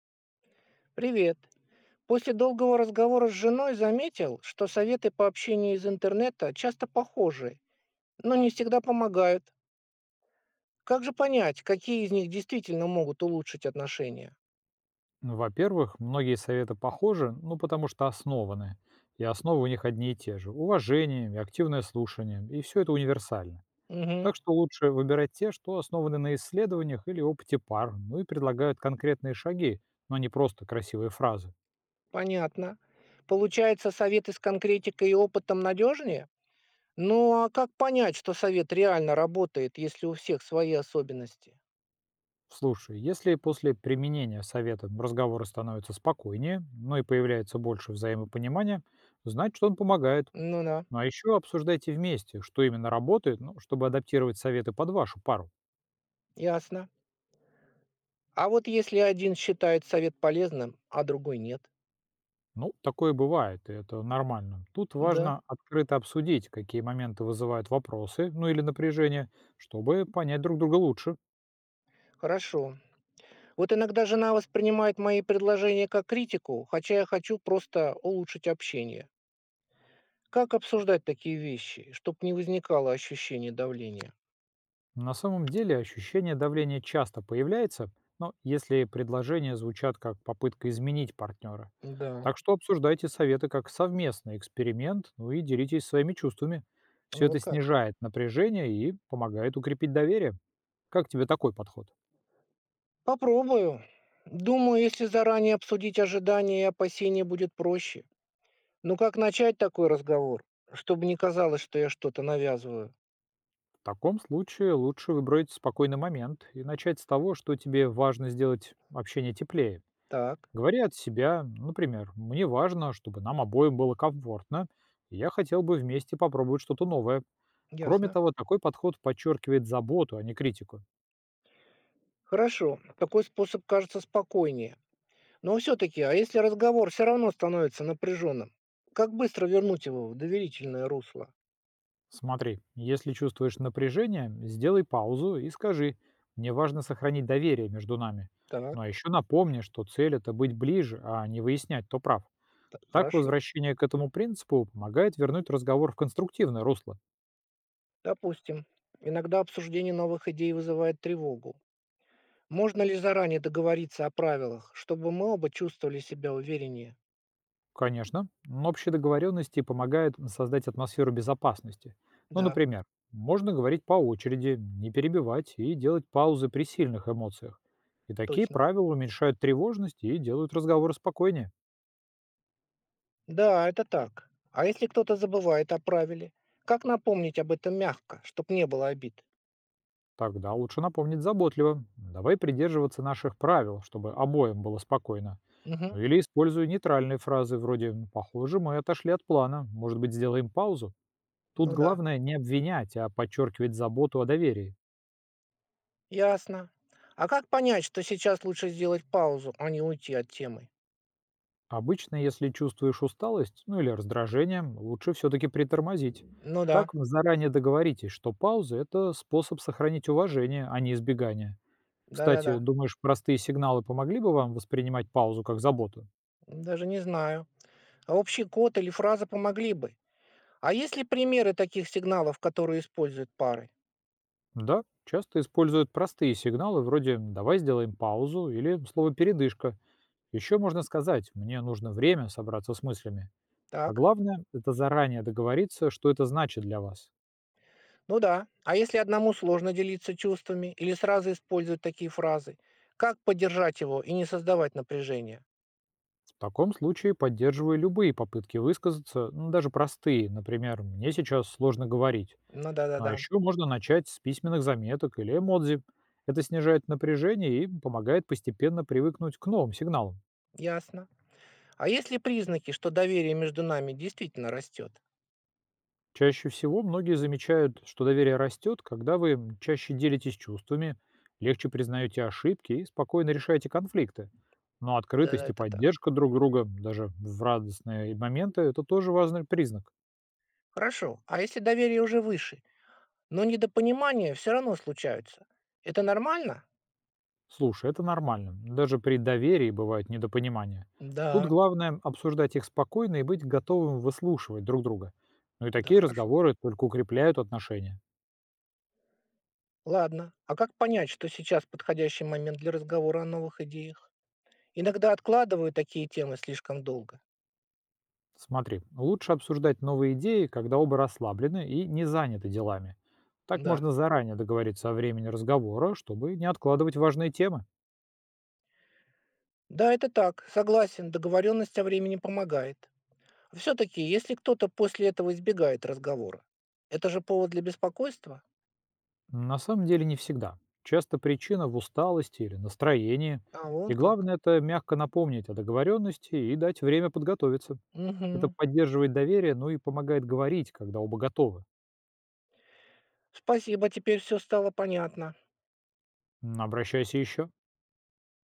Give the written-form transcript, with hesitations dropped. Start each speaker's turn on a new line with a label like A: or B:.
A: Привет. После долгого разговора с женой заметил, что советы по общению из интернета часто похожи, но не всегда помогают. Как же понять, какие из них действительно могут улучшить отношения?
B: Ну, Во-первых, многие советы похожи, потому что основаны. И основы у них одни и те же. Уважение и активное слушание. И все это универсально.
A: Угу,
B: Так что лучше выбирать те, что основаны на исследованиях или опыте пар, и предлагают конкретные шаги, но не просто красивые фразы.
A: понятно. Получается, советы с конкретикой и опытом надежнее? Ну а как понять, что совет реально работает, если у всех свои особенности?
B: Слушай, если после применения совета разговоры становятся спокойнее, и появляется больше взаимопонимания, значит, он помогает.
A: Ну да,
B: Ну а еще обсуждайте вместе, что именно работает, чтобы адаптировать советы под вашу пару.
A: ясно. А вот если один считает совет полезным, а другой нет?
B: Ну, такое бывает, и это нормально. Тут
A: Да,
B: важно открыто обсудить, какие моменты вызывают вопросы, ну или напряжение, чтобы понять друг друга лучше.
A: хорошо. Вот иногда жена воспринимает мои предложения как критику, хотя я хочу просто улучшить общение. Как обсуждать такие вещи, чтобы не возникало ощущение давления?
B: На самом деле ощущение давления часто появляется, но если предложения звучат как попытка изменить партнера.
A: Да,
B: Так что обсуждайте советы как совместный эксперимент, и делитесь своими чувствами. Все
A: ну вот
B: это
A: как?
B: снижает напряжение и помогает укрепить доверие. Как тебе такой подход?
A: Попробую. Думаю, если заранее обсудить ожидания и опасения, будет проще. Ну как начать такой разговор, чтобы не казалось, что я что-то навязываю?
B: В таком случае лучше выбрать спокойный момент и начать с того, что тебе важно сделать общение теплее.
A: Так,
B: Говори от себя, например, «Мне важно, чтобы нам обоим было комфортно, и я хотел бы вместе попробовать что-то новое». Кроме
A: ясно.
B: того, такой подход подчеркивает заботу, а не критику.
A: Хорошо, такой способ кажется спокойнее. Но все-таки, а если разговор все равно становится напряженным, как быстро вернуть его в доверительное русло?
B: Смотри, если чувствуешь напряжение, сделай паузу и скажи «Мне важно сохранить доверие между нами».
A: Так,
B: Ну а еще напомни, что цель – это быть ближе, а не выяснять, кто прав.
A: так,
B: Так
A: хорошо.
B: возвращение к этому принципу помогает вернуть разговор в конструктивное русло.
A: Допустим, иногда обсуждение новых идей вызывает тревогу. Можно ли заранее договориться о правилах, чтобы мы оба чувствовали себя увереннее?
B: Конечно, но общие договоренности помогают создать атмосферу безопасности. Ну,
A: Да,
B: например, можно говорить по очереди, не перебивать и делать паузы при сильных эмоциях. И такие
A: точно.
B: правила уменьшают тревожность и делают разговоры спокойнее.
A: Да, это так. А если кто-то забывает о правиле, как напомнить об этом мягко, чтобы не было обид?
B: Тогда лучше напомнить заботливо. Давай придерживаться наших правил, чтобы обоим было спокойно.
A: Угу,
B: Ну или использую нейтральные фразы вроде «Похоже, мы отошли от плана. Может быть, сделаем паузу?» Тут
A: ну да.
B: главное не обвинять, а подчеркивать заботу о доверии.
A: Ясно. А как понять, что сейчас лучше сделать паузу, а не уйти от темы?
B: Обычно, если чувствуешь усталость, ну или раздражение, лучше все-таки притормозить.
A: Ну да,
B: Так вы заранее договоритесь, что паузы – это способ сохранить уважение, а не избегание.
A: да-да-да.
B: Кстати, думаешь, простые сигналы помогли бы вам воспринимать паузу как заботу?
A: Даже не знаю. А общий код или фраза помогли бы. А есть ли примеры таких сигналов, которые используют пары?
B: Да, часто используют простые сигналы вроде «давай сделаем паузу» или слово «передышка». Еще можно сказать «мне нужно время собраться с мыслями». А
A: Так,
B: главное – это заранее договориться, что это значит для вас.
A: ну да. А если одному сложно делиться чувствами или сразу использовать такие фразы? Как поддержать его и не создавать напряжения?
B: В таком случае поддерживаю любые попытки высказаться, ну, даже простые. Например, мне сейчас сложно говорить.
A: Ну
B: Ну, а
A: да-да-да,
B: еще можно начать с письменных заметок или эмодзи. Это снижает напряжение и помогает постепенно привыкнуть к новым сигналам.
A: ясно. А есть ли признаки, что доверие между нами действительно растет?
B: Чаще всего многие замечают, что доверие растет, когда вы чаще делитесь чувствами, легче признаете ошибки и спокойно решаете конфликты. Но
A: Да,
B: открытость и
A: это так.
B: поддержка друг друга даже в радостные моменты – это тоже важный признак.
A: Хорошо. А если доверие уже выше, но недопонимания все равно случаются? Это нормально?
B: Слушай, это нормально. Даже при доверии бывают недопонимания. Тут
A: Да,
B: главное обсуждать их спокойно и быть готовым выслушивать друг друга. Ну и
A: да,
B: такие
A: хорошо.
B: разговоры только укрепляют отношения.
A: Ладно. А как понять, что сейчас подходящий момент для разговора о новых идеях? Иногда откладываю такие темы слишком долго.
B: Смотри, лучше обсуждать новые идеи, когда оба расслаблены и не заняты делами. Так
A: Да.
B: можно заранее договориться о времени разговора, чтобы не откладывать важные темы.
A: Да, это так. Согласен, договоренность о времени помогает. Все-таки, если кто-то после этого избегает разговора, это же повод для беспокойства?
B: На самом деле не всегда. Часто причина в усталости или настроении.
A: А, вон
B: И
A: как.
B: главное это мягко напомнить о договоренности и дать время подготовиться. Это
A: Угу.
B: поддерживает доверие, и помогает говорить, когда оба готовы.
A: Спасибо, теперь все стало понятно.
B: Обращайся еще.